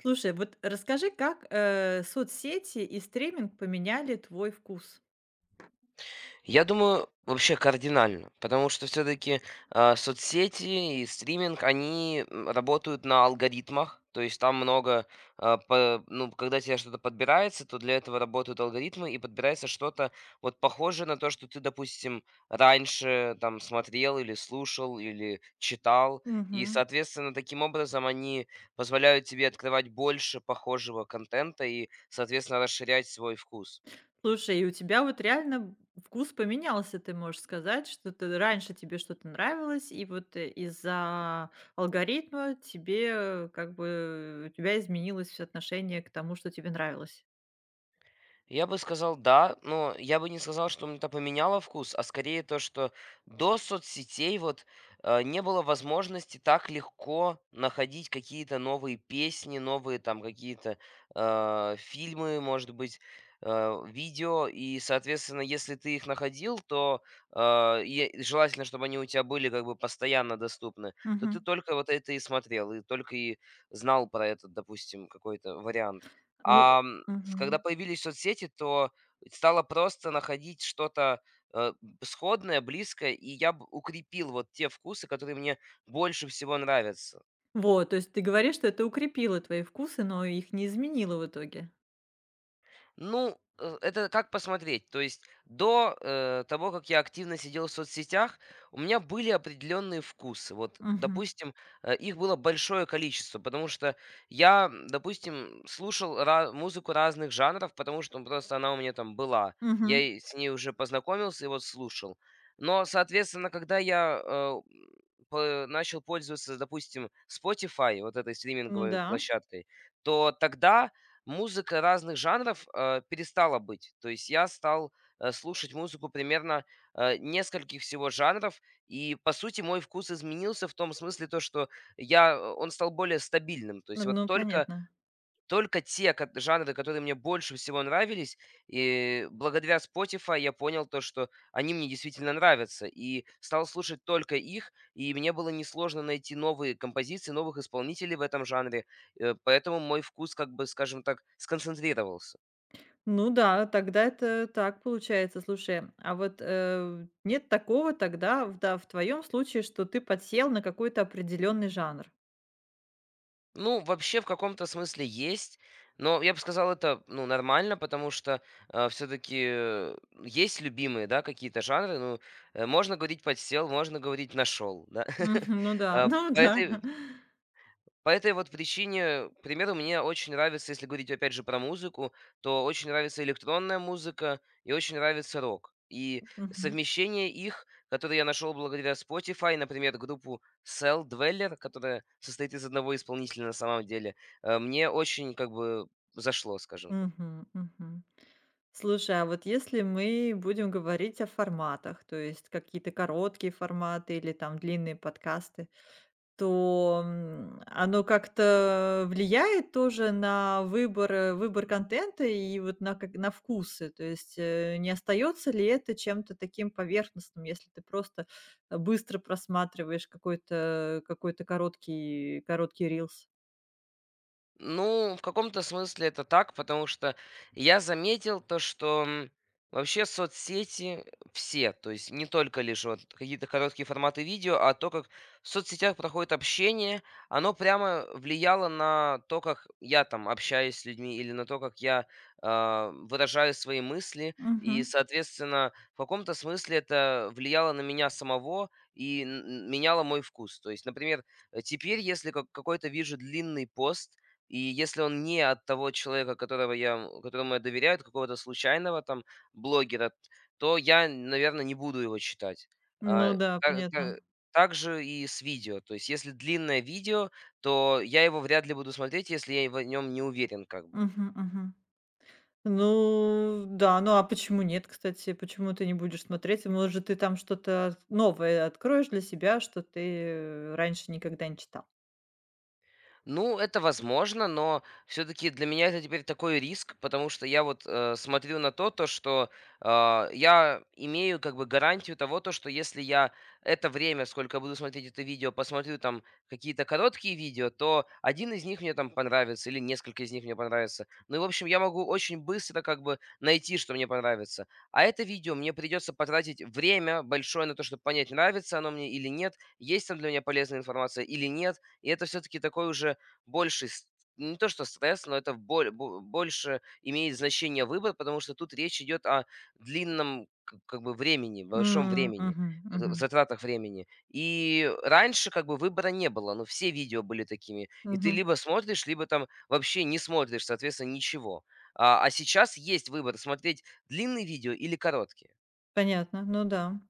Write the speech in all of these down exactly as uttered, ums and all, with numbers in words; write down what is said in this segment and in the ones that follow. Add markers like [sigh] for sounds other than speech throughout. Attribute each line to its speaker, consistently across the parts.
Speaker 1: Слушай, вот расскажи, как, э, соцсети и стриминг поменяли твой вкус?
Speaker 2: Я думаю, вообще кардинально, потому что все-таки соцсети и стриминг, они м, работают на алгоритмах, то есть там много, а, по- ну, когда тебе что-то подбирается, то для этого работают алгоритмы, и подбирается что-то вот похожее на то, что ты, допустим, раньше там смотрел, или слушал, или читал, и,
Speaker 1: Мгм.
Speaker 2: соответственно, таким образом они позволяют тебе открывать больше похожего контента и, соответственно, расширять свой вкус.
Speaker 1: Слушай, и у тебя вот реально вкус поменялся, ты можешь сказать, что ты раньше тебе что-то нравилось, и вот э, из-за алгоритма тебе, э, как бы, у тебя изменилось отношение к тому, что тебе нравилось.
Speaker 2: Я бы сказал, да, но я бы не сказал, что мне это поменяло вкус, а скорее то, что до соцсетей вот э, не было возможности так легко находить какие-то новые песни, новые там какие-то э, фильмы, может быть, э, видео. И, соответственно, если ты их находил, то э, и желательно, чтобы они у тебя были как бы постоянно доступны, то ты
Speaker 1: Мгм.
Speaker 2: только вот это и смотрел, и только и знал про этот, допустим, какой-то вариант.
Speaker 1: Ну.
Speaker 2: А с когда
Speaker 1: Мгм.
Speaker 2: появились соцсети, то стало просто находить что-то, э, сходное, близкое, и я б укрепил вот те вкусы, которые мне больше всего нравятся.
Speaker 1: Вот, то есть ты говоришь, что это укрепило твои вкусы, но их не изменило в итоге.
Speaker 2: Ну, э, это как посмотреть. То есть до э, того, как я активно сидел в соцсетях, у меня были определенные вкусы. Вот,
Speaker 1: Мгм.
Speaker 2: допустим, э, их было большое количество, потому что я, м, допустим, слушал ра- музыку разных жанров, потому что ну, просто она у меня там была. Я
Speaker 1: Мгм.
Speaker 2: и с ней уже познакомился и вот слушал. Но, соответственно, когда я э, по- начал пользоваться, допустим, Spotify, вот этой
Speaker 1: Ну
Speaker 2: стриминговой
Speaker 1: да,
Speaker 2: площадкой, то тогда музыка разных жанров, э, перестала быть. То есть я стал, э, слушать музыку примерно, э, нескольких всего жанров. И, по сути, мой вкус изменился в том смысле, то что я э, он стал более стабильным. То есть вот
Speaker 1: ну
Speaker 2: только
Speaker 1: понятно.
Speaker 2: только те ко жанры, которые мне больше всего нравились, и благодаря Spotify я понял то, что они мне действительно нравятся, и стал слушать только их, и мне было несложно найти новые композиции, новых исполнителей в этом жанре, э, поэтому мой вкус, как бы, скажем так, сконцентрировался.
Speaker 1: Ну да, тогда это так получается. Слушай, а вот, э, нет такого тогда, в да, в твоем случае, что ты подсел на какой-то определенный жанр?
Speaker 2: Ну, вообще в каком-то смысле есть, но я бы сказал, это, ну, нормально, потому что все-таки есть любимые, да, какие-то жанры. Ну, э, можно говорить подсел, можно говорить нашел, да. [laughs]
Speaker 1: Мгм. Ну да,
Speaker 2: Э,
Speaker 1: [laughs] ну
Speaker 2: по этой
Speaker 1: да.
Speaker 2: по этой вот причине, к примеру, мне очень нравится, если говорить опять же про музыку, то очень нравится электронная музыка и очень нравится рок. И
Speaker 1: Мгм.
Speaker 2: совмещение их, которое я нашел благодаря Spotify, например, группу Cell Dweller, которая состоит из одного исполнителя на самом деле, э, мне очень как бы зашло, скажем так.
Speaker 1: Мгм, мгм. Слушай, а вот если мы будем говорить о форматах, то есть какие-то короткие форматы или там длинные подкасты? То, м, оно как-то влияет тоже на выбор, э, выбор контента и вот на как на вкусы. То есть, э, не остается ли это чем-то таким поверхностным, если ты просто, э, быстро просматриваешь какой-то какой-то короткий короткий рилс?
Speaker 2: Ну, в каком-то смысле это так, потому что я заметил то, что м, вообще соцсети все, то есть не только лишь вот какие-то короткие форматы видео, а то, как в соцсетях проходит общение, оно прямо влияло на то, как я там общаюсь с людьми, или на то, как я а, выражаю свои мысли, и,
Speaker 1: Мгм.
Speaker 2: соответственно, в каком-то смысле это влияло на меня самого и н- н- меняло мой вкус. То есть, например, э, теперь, если как- какой-то вижу длинный пост, и если он не от того человека, которого я, которому я доверяю, от какого-то случайного там блогера, то я, наверное, не буду его читать. А,
Speaker 1: Ну да,
Speaker 2: та та
Speaker 1: понятно.
Speaker 2: Также и с видео. То есть если длинное видео, то я его вряд ли буду смотреть, если я в нем не уверен как бы.
Speaker 1: Мгм, мгм. Ну да, ну а почему нет, кстати? Почему ты не будешь смотреть? Может, ты там что-то новое откроешь для себя, что ты э, раньше никогда не читал?
Speaker 2: Ну, это возможно, но все-таки для меня это теперь такой риск, потому что я вот э, смотрю на то, то что а, я имею как бы гарантию того, то, что если я это время, сколько буду смотреть это видео, посмотрю там какие-то короткие видео, то один из них мне там понравится или несколько из них мне понравится. Ну и, в общем, я могу очень быстро как бы найти, что мне понравится. А это видео мне придется потратить время большое на то, чтобы понять, нравится оно мне или нет, есть там для меня полезная информация или нет. И это все-таки такой уже больше с не то что стресс, но это боль бо больше имеет значение выбор, потому что тут речь идет о длинном к как бы времени, большом
Speaker 1: М,
Speaker 2: времени,
Speaker 1: мгм,
Speaker 2: э,
Speaker 1: мгм,
Speaker 2: затратах времени. И раньше как бы выбора не было, но все видео были такими. И ты
Speaker 1: мгм.
Speaker 2: либо смотришь, либо там вообще не смотришь, соответственно, ничего. А, а сейчас есть выбор: смотреть длинные видео или короткие.
Speaker 1: Понятно, ну да.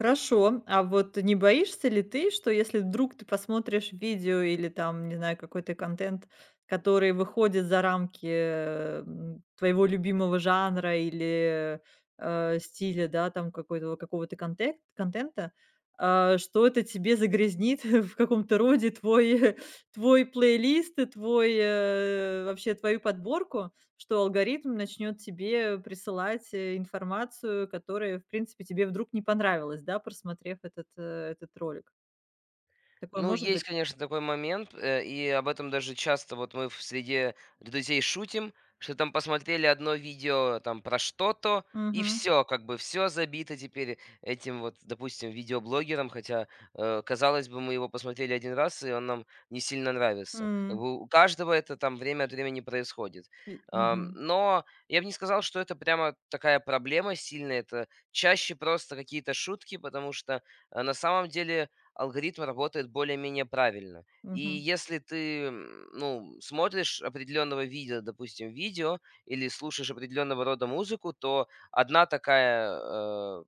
Speaker 1: Хорошо. А вот не боишься ли ты, что если вдруг ты посмотришь видео или там, не знаю, какой-то контент, который выходит за рамки, э, м, твоего любимого жанра или, э, стиля, да, там какой-то какого-то контек контента, а, что это тебе загрязнит [laughs] в каком-то роде твой [laughs] твой плейлист и твой, э, вообще твою подборку? Что алгоритм начнет тебе присылать, э, информацию, которая, в принципе, тебе вдруг не понравилась, да, просмотрев этот, э, этот ролик. Такое
Speaker 2: Ну,
Speaker 1: может
Speaker 2: есть,
Speaker 1: быть?
Speaker 2: конечно, такой момент, э, и об этом даже часто вот мы в среде друзей шутим, что там посмотрели одно видео там про что-то, и
Speaker 1: Мгм.
Speaker 2: все, как бы все забито теперь этим вот, допустим, видеоблогером, хотя, э, казалось бы, мы его посмотрели один раз, и он нам не сильно нравится. Как
Speaker 1: М.
Speaker 2: бы у каждого это там время от времени происходит.
Speaker 1: И
Speaker 2: Ам,
Speaker 1: мгм,
Speaker 2: Но я бы не сказал, что это прямо такая проблема сильная, это чаще просто какие-то шутки, потому что э, на самом деле алгоритм работает более-менее правильно. И
Speaker 1: мгм.
Speaker 2: если ты, м, ну, смотришь определенного вида, допустим, видео или слушаешь определенного рода музыку, то одна такая, э,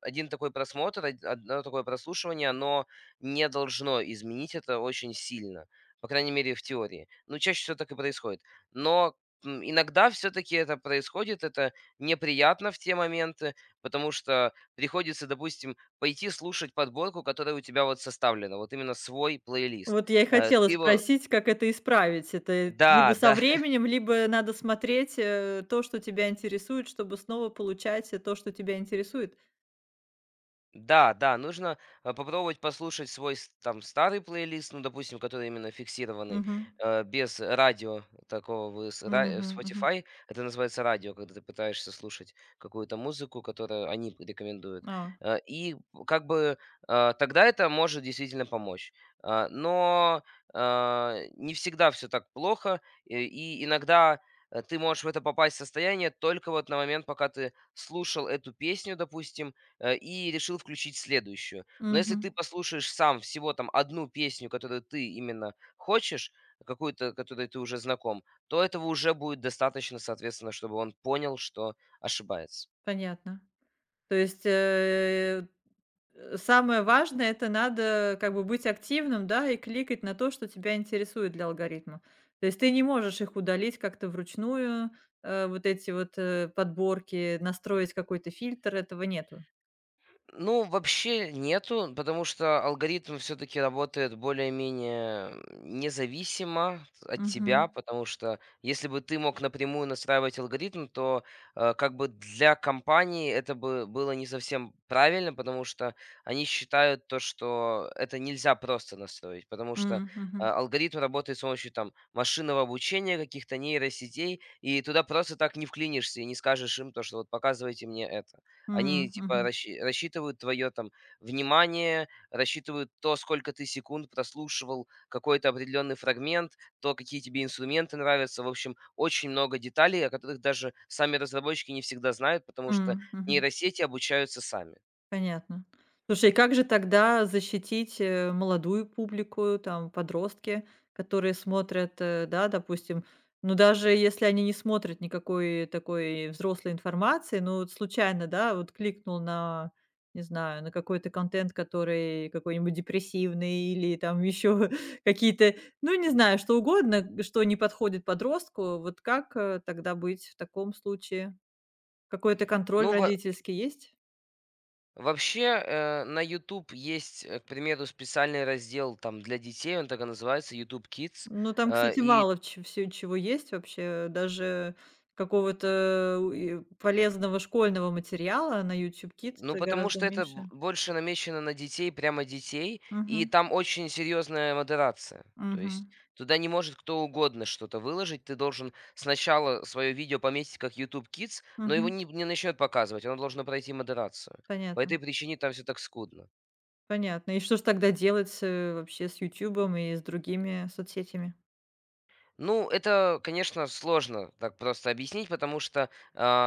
Speaker 2: один такой просмотр, од одно такое прослушивание, оно не должно изменить это очень сильно. По крайней мере, в теории. Ну, чаще всего так и происходит. Но, м, иногда все таки это происходит. Это неприятно в те моменты, потому что приходится, допустим, пойти слушать подборку, которая у тебя вот составлена. Вот именно свой плейлист.
Speaker 1: Вот я и
Speaker 2: Э,
Speaker 1: хотела
Speaker 2: ты его
Speaker 1: спросить, как это исправить. Это либо
Speaker 2: Да,
Speaker 1: со
Speaker 2: да.
Speaker 1: временем, либо надо смотреть, э, то, что тебя интересует, чтобы снова получать, э, то, что тебя интересует?
Speaker 2: Да, да, нужно, э, попробовать послушать свой с там старый плейлист, ну, допустим, который именно фиксированный,
Speaker 1: Мгм.
Speaker 2: э, без радио такого в с ра э, в
Speaker 1: Мгм, мгм.
Speaker 2: Spotify. Это называется радио, когда ты пытаешься слушать какую-то музыку, которую они рекомендуют.
Speaker 1: А.
Speaker 2: Э, и как бы, э, тогда это может действительно помочь. Э, но, э, не всегда все так плохо, и и иногда, э, ты можешь в это попасть состояние только вот на момент, пока ты слушал эту песню, допустим, э, и решил включить следующую. Но если
Speaker 1: Мгм.
Speaker 2: ты послушаешь сам всего там одну песню, которую ты именно хочешь, какую-то, которой ты уже знаком, то этого уже будет достаточно, соответственно, чтобы он понял, что ошибается.
Speaker 1: Понятно. То есть, э, самое важное — это надо как бы быть активным, да, и кликать на то, что тебя интересует для алгоритма. То есть ты не можешь их удалить как-то вручную, э, вот эти вот, э, подборки, настроить какой-то фильтр, этого нету.
Speaker 2: Ну, вообще нету, потому что алгоритм все-таки работает более-менее независимо от
Speaker 1: Мгм.
Speaker 2: тебя, потому что если бы ты мог напрямую настраивать алгоритм, то э, как бы для компании это бы было не совсем правильно, потому что они считают то, что это нельзя просто настроить, потому что э,
Speaker 1: М, мгм.
Speaker 2: алгоритм работает с помощью там машинного обучения, каких-то нейросетей, и туда просто так не вклинишься и не скажешь им то, что вот показывайте мне это. Они
Speaker 1: М,
Speaker 2: типа
Speaker 1: мгм.
Speaker 2: расщи рассчитывают твое там внимание, рассчитывают то, сколько ты секунд прослушивал какой-то определенный фрагмент, то, какие тебе инструменты нравятся. В общем, очень много деталей, о которых даже сами разработчики не всегда знают, потому что
Speaker 1: М, мгм.
Speaker 2: нейросети обучаются сами.
Speaker 1: Понятно. Слушай, и как же тогда защитить, э, молодую публику, там, подростки, которые смотрят, э, да, допустим, ну, даже если они не смотрят никакой такой взрослой информации, ну, вот случайно, да, вот кликнул на, не знаю, на какой-то контент, который какой-нибудь депрессивный или там еще [laughs] какие-то, ну, не знаю, что угодно, что не подходит подростку. Вот как, э, тогда быть в таком случае? Какой-то контроль
Speaker 2: Ну, во
Speaker 1: родительский есть?
Speaker 2: вообще, э, на YouTube есть, э, к примеру, специальный раздел там для детей, он так и называется "YouTube Kids".
Speaker 1: Ну, там,
Speaker 2: Э,
Speaker 1: кстати,
Speaker 2: и
Speaker 1: мало ч всё, чего есть вообще. Даже какого-то у и полезного школьного материала на YouTube Кидс"
Speaker 2: Ну, потому
Speaker 1: гораздо
Speaker 2: что это б
Speaker 1: меньше.
Speaker 2: больше намечено на детей, прямо детей, и
Speaker 1: Мгм.
Speaker 2: там очень серьезная модерация. То есть
Speaker 1: Мгм.
Speaker 2: туда не может кто угодно что-то выложить. Ты должен сначала свое видео пометить как "YouTube Kids", но его
Speaker 1: Мгм.
Speaker 2: не не начнет показывать, оно должно пройти модерацию. По
Speaker 1: Понятно.
Speaker 2: этой причине там все так скудно.
Speaker 1: Понятно. И что ж тогда делать, э, вообще с «Ютубом» и с другими соцсетями?
Speaker 2: Ну, это, конечно, сложно так просто объяснить, потому что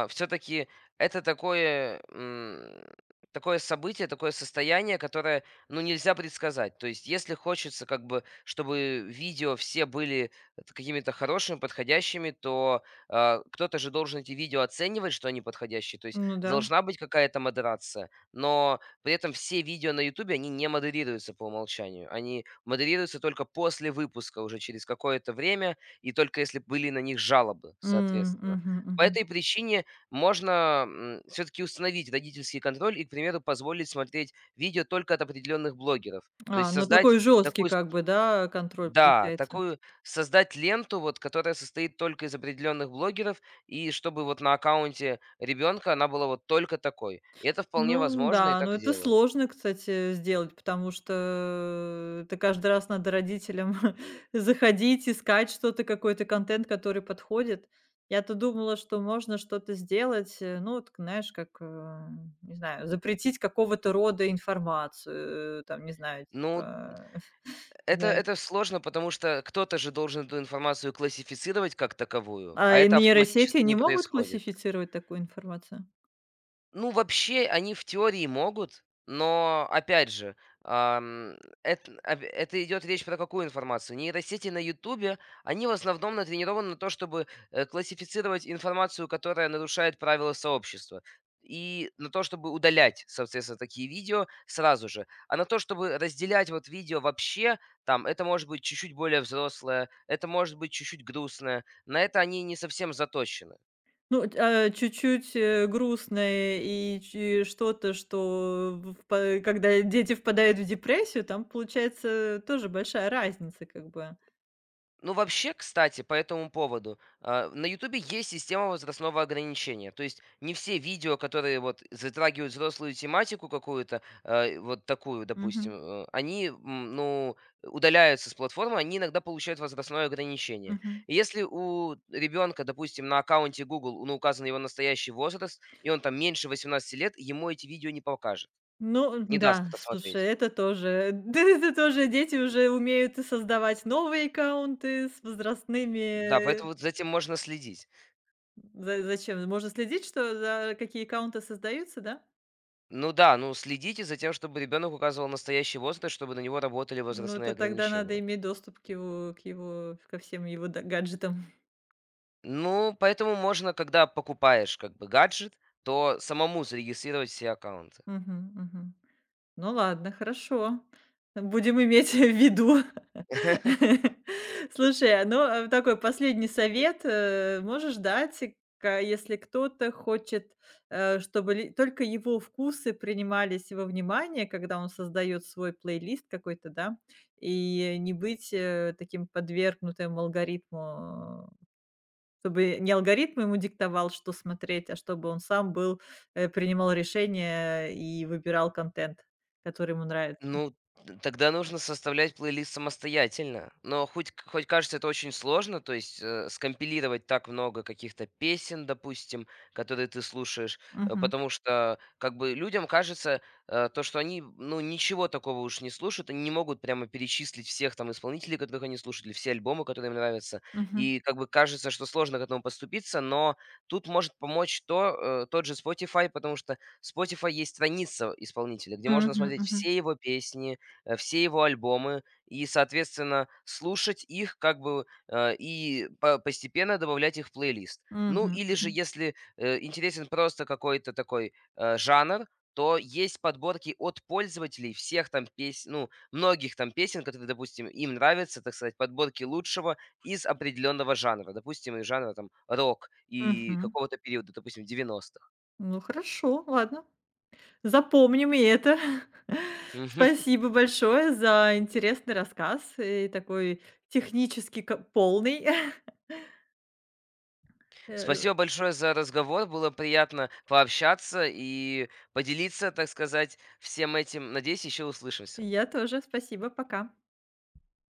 Speaker 2: все-таки это такое, м, такое событие, такое состояние, которое, ну, нельзя предсказать. То есть, если хочется, как бы, чтобы видео все были т- какими-то хорошими, подходящими, то а, кто-то же должен эти видео оценивать, что они подходящие. То есть,
Speaker 1: Ну да.
Speaker 2: должна быть какая-то модерация. Но при этом все видео на Ютубе, они не модерируются по умолчанию. Они модерируются только после выпуска, уже через какое-то время, и только если были на них жалобы,
Speaker 1: М,
Speaker 2: соответственно.
Speaker 1: мгм,
Speaker 2: По
Speaker 1: мгм.
Speaker 2: этой причине можно все-таки установить родительский контроль и, к примеру, позволить смотреть видео только от определенных блогеров. То есть
Speaker 1: А, ну
Speaker 2: создать
Speaker 1: такой жесткий
Speaker 2: такую с
Speaker 1: как бы, да, контроль
Speaker 2: да,
Speaker 1: получается.
Speaker 2: такую создать ленту, вот, которая состоит только из определенных блогеров, и чтобы вот на аккаунте ребенка она была вот только такой. И это вполне
Speaker 1: Ну
Speaker 2: возможно, и
Speaker 1: да, но
Speaker 2: так
Speaker 1: это
Speaker 2: делают.
Speaker 1: сложно, кстати, сделать, потому что это каждый раз надо родителям [laughs] заходить, искать что-то, какой-то контент, который подходит. Я-то думала, что можно что-то сделать, э, ну, вот, знаешь, как, э, не знаю, запретить какого-то рода информацию, э, там, не знаю,
Speaker 2: Ну,
Speaker 1: типа, [laughs] не
Speaker 2: это
Speaker 1: знаю.
Speaker 2: это сложно, потому что кто-то же должен эту информацию классифицировать как таковую, а
Speaker 1: А и
Speaker 2: это
Speaker 1: нейросети
Speaker 2: автоматически не
Speaker 1: не могут
Speaker 2: происходит.
Speaker 1: классифицировать такую информацию?
Speaker 2: Ну, вообще, они в теории могут, но, опять же, ам, эт об это идет речь про какую информацию? Нейросети на "Ютубе", они в основном натренированы на то, чтобы, э, классифицировать информацию, которая нарушает правила сообщества, и на то, чтобы удалять, соответственно, такие видео сразу же. А на то, чтобы разделять вот видео вообще, там, это может быть чуть-чуть более взрослое, это может быть чуть-чуть грустное. На это они не совсем заточены.
Speaker 1: Ну, т а, чуть-чуть, э, грустное и чи что-то, что в па когда дети впадают в депрессию, там получается тоже большая разница как бы.
Speaker 2: Ну, вообще, кстати, по этому поводу, а, на "Ютубе" есть система возрастного ограничения. То есть не все видео, которые вот затрагивают взрослую тематику какую-то, э, вот такую, допустим,
Speaker 1: Мгм,
Speaker 2: э, они, м, ну, удаляются с платформы, они иногда получают возрастное ограничение.
Speaker 1: мгм.
Speaker 2: И если у ребенка, допустим, на аккаунте Google ну, указан его настоящий возраст, и он там меньше восемнадцати лет, ему эти видео не покажет,
Speaker 1: Ну
Speaker 2: не даст
Speaker 1: да, слушай,
Speaker 2: посмотреть.
Speaker 1: это тоже, [laughs] да, это тоже дети уже умеют и создавать новые аккаунты с
Speaker 2: Да,
Speaker 1: возрастными.
Speaker 2: поэтому
Speaker 1: э,
Speaker 2: вот за этим можно следить.
Speaker 1: За зачем? Можно следить, что за какие аккаунты создаются, да?
Speaker 2: Ну да, ну следите за тем, чтобы ребенок указывал настоящий возраст, чтобы на него работали
Speaker 1: Ну,
Speaker 2: возрастные
Speaker 1: это тогда надо
Speaker 2: ограничения.
Speaker 1: иметь доступ к его к его ко всем его д гаджетам.
Speaker 2: Ну, поэтому можно, когда покупаешь как бы гаджет, то самому зарегистрировать все аккаунты.
Speaker 1: Мгм, мгм. Ну ладно, хорошо. Будем иметь [laughs] в виду.
Speaker 2: [laughs]
Speaker 1: [laughs] Слушай, ну, э, такой последний совет, э, можешь дать, э, ка если кто-то хочет, э, чтобы ли только его вкусы принимались во внимание, когда он создает свой плейлист какой-то, да, и не быть, э, таким подвергнутым алгоритму, чтобы не алгоритм ему диктовал, что смотреть, а чтобы он сам был, э, принимал решения и выбирал контент, который ему нравится.
Speaker 2: Ну, т тогда нужно составлять плейлист самостоятельно. Но хоть к хоть кажется это очень сложно, то есть, э, скомпилировать так много каких-то песен, допустим, которые ты слушаешь, э,
Speaker 1: Мгм,
Speaker 2: потому что как бы людям кажется, э, то, что они, ну, ничего такого уж не слушают. Они не могут прямо перечислить всех там исполнителей, которых они слушают, или все альбомы, которые им нравятся.
Speaker 1: мгм,
Speaker 2: И как бы кажется, что сложно к этому подступиться, но тут может помочь то, э, тот же Spotify, потому что Spotify есть страница исполнителя, где можно
Speaker 1: мгм,
Speaker 2: смотреть
Speaker 1: мгм,
Speaker 2: все его песни, э, все его альбомы и, соответственно, слушать их как бы, э, и по- постепенно добавлять их в плейлист. Ну
Speaker 1: мгм,
Speaker 2: или же,
Speaker 1: мгм,
Speaker 2: если э, интересен просто какой-то такой э, жанр, то есть подборки от пользователей всех там песен, ну, многих там песен, которые, допустим, им нравятся, так сказать, подборки лучшего из определенного жанра, допустим, из жанра там рок и
Speaker 1: мгм.
Speaker 2: какого-то периода, допустим, девяностых.
Speaker 1: Ну, хорошо, ладно. Запомним и это. [laughs]
Speaker 2: Мгм.
Speaker 1: Спасибо большое за интересный рассказ и такой технически ка полный. [laughs] Э,
Speaker 2: Спасибо большое за разговор. Было приятно пообщаться и поделиться, так сказать, всем этим. Надеюсь, еще услышимся.
Speaker 1: я тоже. Спасибо. Пока.